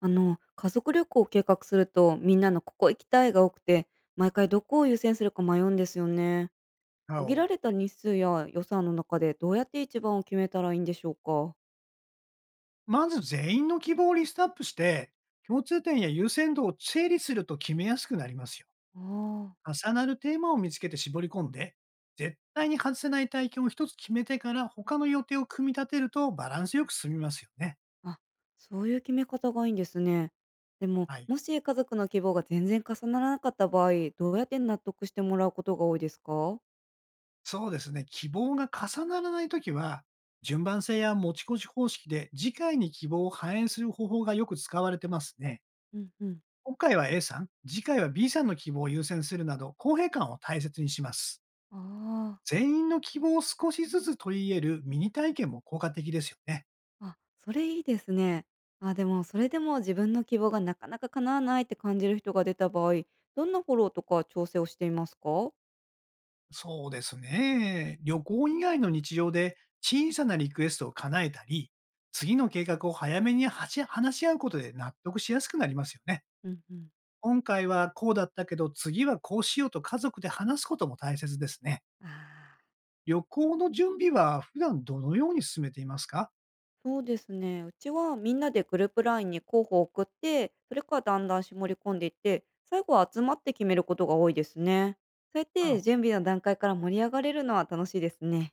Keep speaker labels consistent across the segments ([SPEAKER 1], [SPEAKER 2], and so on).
[SPEAKER 1] あの、家族旅行を計画すると、みんなのここ行きたいが多くて、毎回どこを優先するか迷うんですよね。
[SPEAKER 2] な
[SPEAKER 1] 限ら
[SPEAKER 2] お、
[SPEAKER 1] れた日数や予算の中でどうやって一番を決めたらいいんでしょうか？
[SPEAKER 2] まず全員の希望をリストアップして、共通点や優先度を整理すると決めやすくなりますよ。
[SPEAKER 1] あ
[SPEAKER 2] 重なるテーマを見つけて絞り込んで、絶対に外せない体験を一つ決めてから他の予定を組み立てるとバランスよく進みますよね。
[SPEAKER 1] あ、あ。そういう決め方がいいんですね。でも、
[SPEAKER 2] はい。
[SPEAKER 1] もし家族の希望が全然重ならなかった場合、どうやって納得してもらうことが多いですか？
[SPEAKER 2] そうですね。希望が重ならないときは、順番性や持ち越し方式で次回に希望を反映する方法がよく使われてますね。
[SPEAKER 1] うんうん。
[SPEAKER 2] 今回は A さん、次回は B さんの希望を優先するなど、公平感を大切にします。
[SPEAKER 1] あ、あ。
[SPEAKER 2] 全員の希望を少しずつ取り入れるミニ体験も効果的ですよね。
[SPEAKER 1] あ、それいいですね。あ、でもそれでも自分の希望がなかなか叶わないって感じる人が出た場合、どんなフォローとか調整をしていますか？
[SPEAKER 2] そうですね。旅行以外の日常で小さなリクエストを叶えたり、次の計画を早めにはし話し合うことで納得しやすくなりますよね。
[SPEAKER 1] うんうん。
[SPEAKER 2] 今回はこうだったけど、次はこうしようと家族で話すことも大切ですね。
[SPEAKER 1] ああ、
[SPEAKER 2] 旅行の準備は普段どのように進めていますか？
[SPEAKER 1] そうですね。うちはみんなでグループラインに候補を送って、それからだんだん絞り込んでいって、最後は集まって決めることが多いですね。そうやっ
[SPEAKER 2] なる
[SPEAKER 1] て
[SPEAKER 2] ほ
[SPEAKER 1] 準
[SPEAKER 2] ど。
[SPEAKER 1] 備の段階から盛り上がれるのは楽しいですね。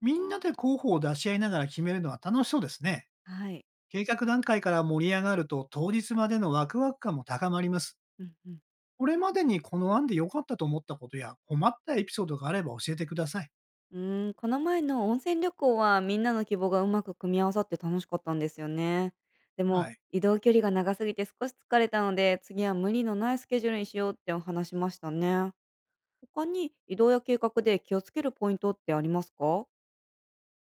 [SPEAKER 2] みんなで候補を出し合いながら決めるのは楽しそうですね。
[SPEAKER 1] はい。
[SPEAKER 2] 計画段階から盛り上がると、当日までのワクワク感も高まります。
[SPEAKER 1] うんうん。
[SPEAKER 2] これまでにこの案で良かったと思ったことや、困ったエピソードがあれば教えてください。
[SPEAKER 1] うーん、この前の温泉旅行はみんなの希望がうまく組み合わさって楽しかったんですよね。で
[SPEAKER 2] は
[SPEAKER 1] も
[SPEAKER 2] い。
[SPEAKER 1] 移動距離が長すぎて少し疲れたので、次は無理のないスケジュールにしようってお話しましたね。他に移動や計画で気をつけるポイントってありますか？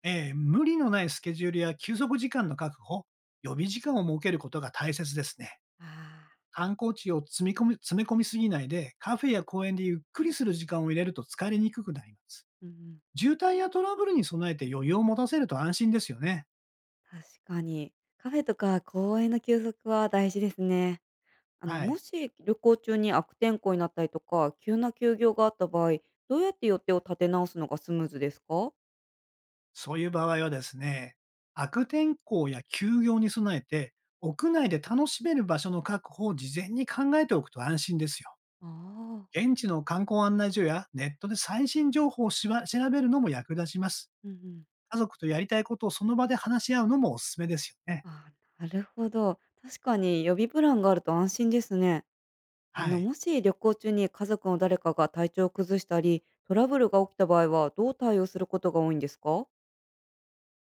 [SPEAKER 2] 無理のないスケジュールや休息時間の確保、予備時間を設けることが大切ですね。
[SPEAKER 1] あー。
[SPEAKER 2] 観光地を積み込み、詰め込みすぎないで、カフェや公園でゆっくりする時間を入れると疲れにくくなります。
[SPEAKER 1] うん、
[SPEAKER 2] 渋滞やトラブルに備えて余裕を持たせると安心ですよね。
[SPEAKER 1] 確かに。カフェとか公園の休息は大事ですね。あの、
[SPEAKER 2] は
[SPEAKER 1] も
[SPEAKER 2] い。
[SPEAKER 1] し旅行中に悪天候になったりとか、急な休業があった場合、どうやって予定を立て直すのがスムーズですか？
[SPEAKER 2] そういう場合はですね、悪天候や休業に備えて、屋内で楽しめる場所の確保を事前に考えておくと安心ですよ。
[SPEAKER 1] ああー。
[SPEAKER 2] 現地の観光案内所やネットで最新情報をしば調べるのも役立ちます。
[SPEAKER 1] うんうん。
[SPEAKER 2] 家族とやりたいことをその場で話し合うのもおすすめですよね。
[SPEAKER 1] ああ、なるほど。確かに予備プランがあると安心ですね。あ
[SPEAKER 2] は
[SPEAKER 1] の、
[SPEAKER 2] い。
[SPEAKER 1] もし旅行中に家族の誰かが体調を崩したり、トラブルが起きた場合はどう対応することが多いんですか？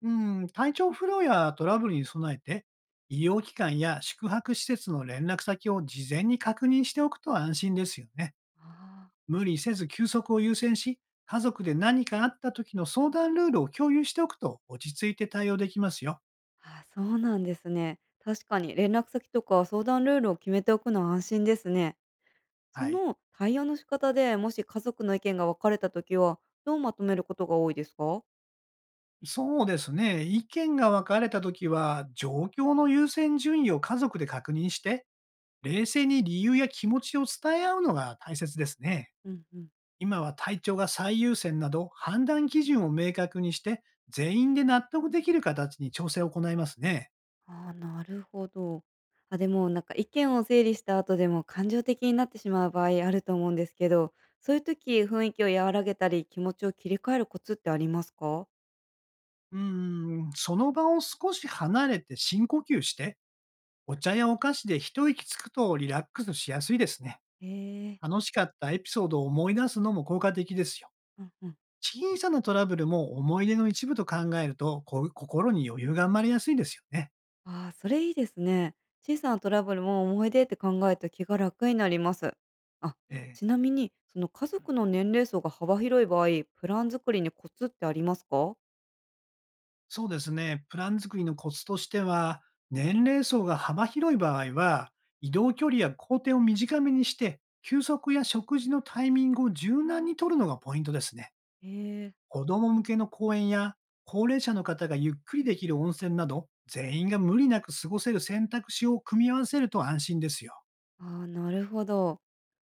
[SPEAKER 2] うん、体調不良やトラブルに備えて、医療機関や宿泊施設の連絡先を事前に確認しておくと安心ですよね。
[SPEAKER 1] あ
[SPEAKER 2] 無理せず休息を優先し、家族で何かあった時の相談ルールを共有しておくと落ち着いて対応できますよ。
[SPEAKER 1] ーあー、そうなんですね。確かに連絡先とか相談ルールを決めておくのは安心ですね。そ
[SPEAKER 2] はい。
[SPEAKER 1] の対応の仕方でもし家族の意見が分かれたときは、どうまとめることが多いですか？
[SPEAKER 2] そうですね。意見が分かれた時は、状況の優先順位を家族で確認して、冷静に理由や気持ちを伝え合うのが大切ですね。
[SPEAKER 1] うんうん。
[SPEAKER 2] 今は体調が最優先など、判断基準を明確にして、全員で納得できる形に調整を行いますね。
[SPEAKER 1] ああ、なるほど。あ、でもなんか意見を整理した後でも感情的になってしまう場合あると思うんですけど、そういう時雰囲気を和らげたり気持ちを切り替えるコツってありますか？
[SPEAKER 2] うーその場を少し離れて深呼吸して、お茶やお菓子で一息つくとリラックスしやすいですね。
[SPEAKER 1] ええ。
[SPEAKER 2] 楽しかったエピソードを思い出すのも効果的ですよ。
[SPEAKER 1] うんうん。
[SPEAKER 2] 小さなトラブルも思い出の一部と考えると、こう心に余裕が生まれやすいですよね。
[SPEAKER 1] ああ、それいいですね。小さなトラブルも思い出って考えて気が楽になります。あ、
[SPEAKER 2] ええ、
[SPEAKER 1] ちなみにその家族の年齢層が幅広い場合、プラン作りにコツってありますか？
[SPEAKER 2] そうですね。プラン作りのコツとしては、年齢層が幅広い場合は、移動距離や工程を短めにして、休息や食事のタイミングを柔軟に取るのがポイントですね。
[SPEAKER 1] ええ。
[SPEAKER 2] 子供向けの公園や、高齢者の方がゆっくりできる温泉など、全員が無理なく過ごせる選択肢を組み合わせると安心ですよ。
[SPEAKER 1] ああー、なるほど。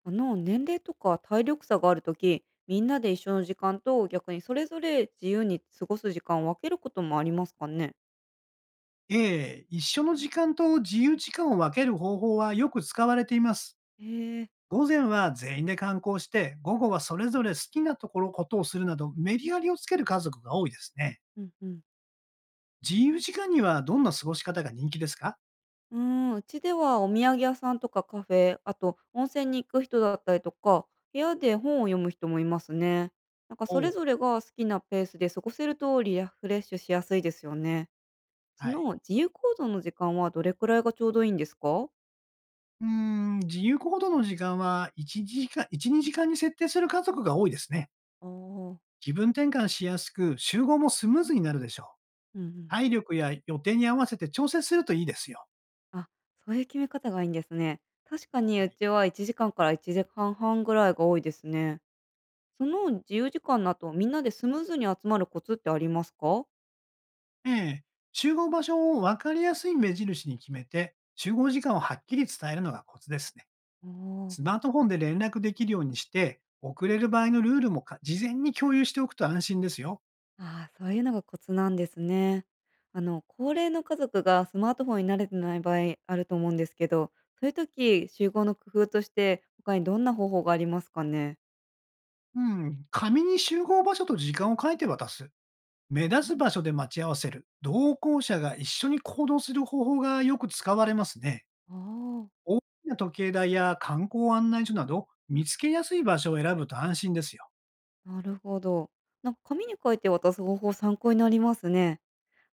[SPEAKER 1] あの年齢とか体力差があるとき、みんなで一緒の時間と逆にそれぞれ自由に過ごす時間を分けることもありますかね？
[SPEAKER 2] ええ、一緒の時間と自由時間を分ける方法はよく使われています。
[SPEAKER 1] へえ。
[SPEAKER 2] 午前は全員で観光して、午後はそれぞれ好きなところ、ことをするなど、メリハリをつける家族が多いですね。
[SPEAKER 1] うんうん。
[SPEAKER 2] 自由時間にはどんな過ごし方が人気ですか？
[SPEAKER 1] うーん、うちではお土産屋さんとかカフェ、あと温泉に行く人だったりとか、部屋で本を読む人もいますね。なんか
[SPEAKER 2] お
[SPEAKER 1] それ
[SPEAKER 2] う。
[SPEAKER 1] ぞれが好きなペースで過ごせるとリフレッシュしやすいですよね。そ
[SPEAKER 2] はい。
[SPEAKER 1] の自由行動の時間はどれくらいがちょうどいいんですか？
[SPEAKER 2] 自由行動の時間は1時間、1、2時間に設定する家族が多いですね。
[SPEAKER 1] ああー。
[SPEAKER 2] 気分転換しやすく、集合もスムーズになるでしょう。
[SPEAKER 1] うんうん。
[SPEAKER 2] 体力や予定に合わせて調整するといいですよ。
[SPEAKER 1] あ、そういう決め方がいいんですね。確かに
[SPEAKER 2] は
[SPEAKER 1] う
[SPEAKER 2] い。
[SPEAKER 1] ちは1時間かんから1時間半ぐらいが多いですね。その自由時間の後、みんなでスムーズに集まるコツってありますか？
[SPEAKER 2] ええ、集合場所を分かりやすい目印に決めて、集合時間をはっきり伝えるのがコツですね。
[SPEAKER 1] おー。
[SPEAKER 2] スマートフォンで連絡できるようにして、遅れる場合のルールもか事前に共有しておくと安心ですよ。
[SPEAKER 1] ああ、そういうのがコツなんですね。あの、高齢の家族がスマートフォンに慣れてない場合あると思うんですけど、そういう時、集合の工夫として他にどんな方法がありますかね？
[SPEAKER 2] うん、紙に集合場所と時間を書いて渡す。目立つ場所で待ち合わせる。同行者が一緒に行動する方法がよく使われますね。
[SPEAKER 1] ああ
[SPEAKER 2] 大きな時計台や観光案内所など、見つけやすい場所を選ぶと安心ですよ。
[SPEAKER 1] ー、なるほど。なんか紙に書いて渡す方法参考になりますね。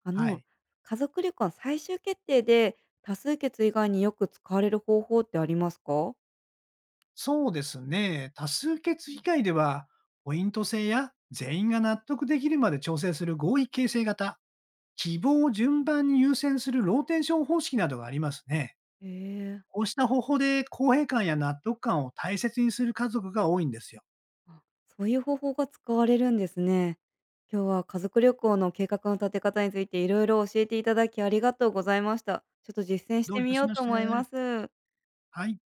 [SPEAKER 1] あ
[SPEAKER 2] は
[SPEAKER 1] の、
[SPEAKER 2] い。
[SPEAKER 1] 家族旅行の最終決定で、多数決以外によく使われる方法ってありますか？
[SPEAKER 2] そうですね。多数決議会では、ポイント制や全員が納得できるまで調整する合意形成型、希望を順番に優先するローテーション方式などがありますね。
[SPEAKER 1] ええ。
[SPEAKER 2] こうした方法で公平感や納得感を大切にする家族が多いんですよ。
[SPEAKER 1] あ、そういう方法が使われるんですね。今日は家族旅行の計画の立て方についていろいろ教えていただきありがとうございました。ちょっと実践し
[SPEAKER 2] ど
[SPEAKER 1] て
[SPEAKER 2] ういた
[SPEAKER 1] み
[SPEAKER 2] し
[SPEAKER 1] よう
[SPEAKER 2] まし
[SPEAKER 1] と
[SPEAKER 2] て。
[SPEAKER 1] 思います。
[SPEAKER 2] はい。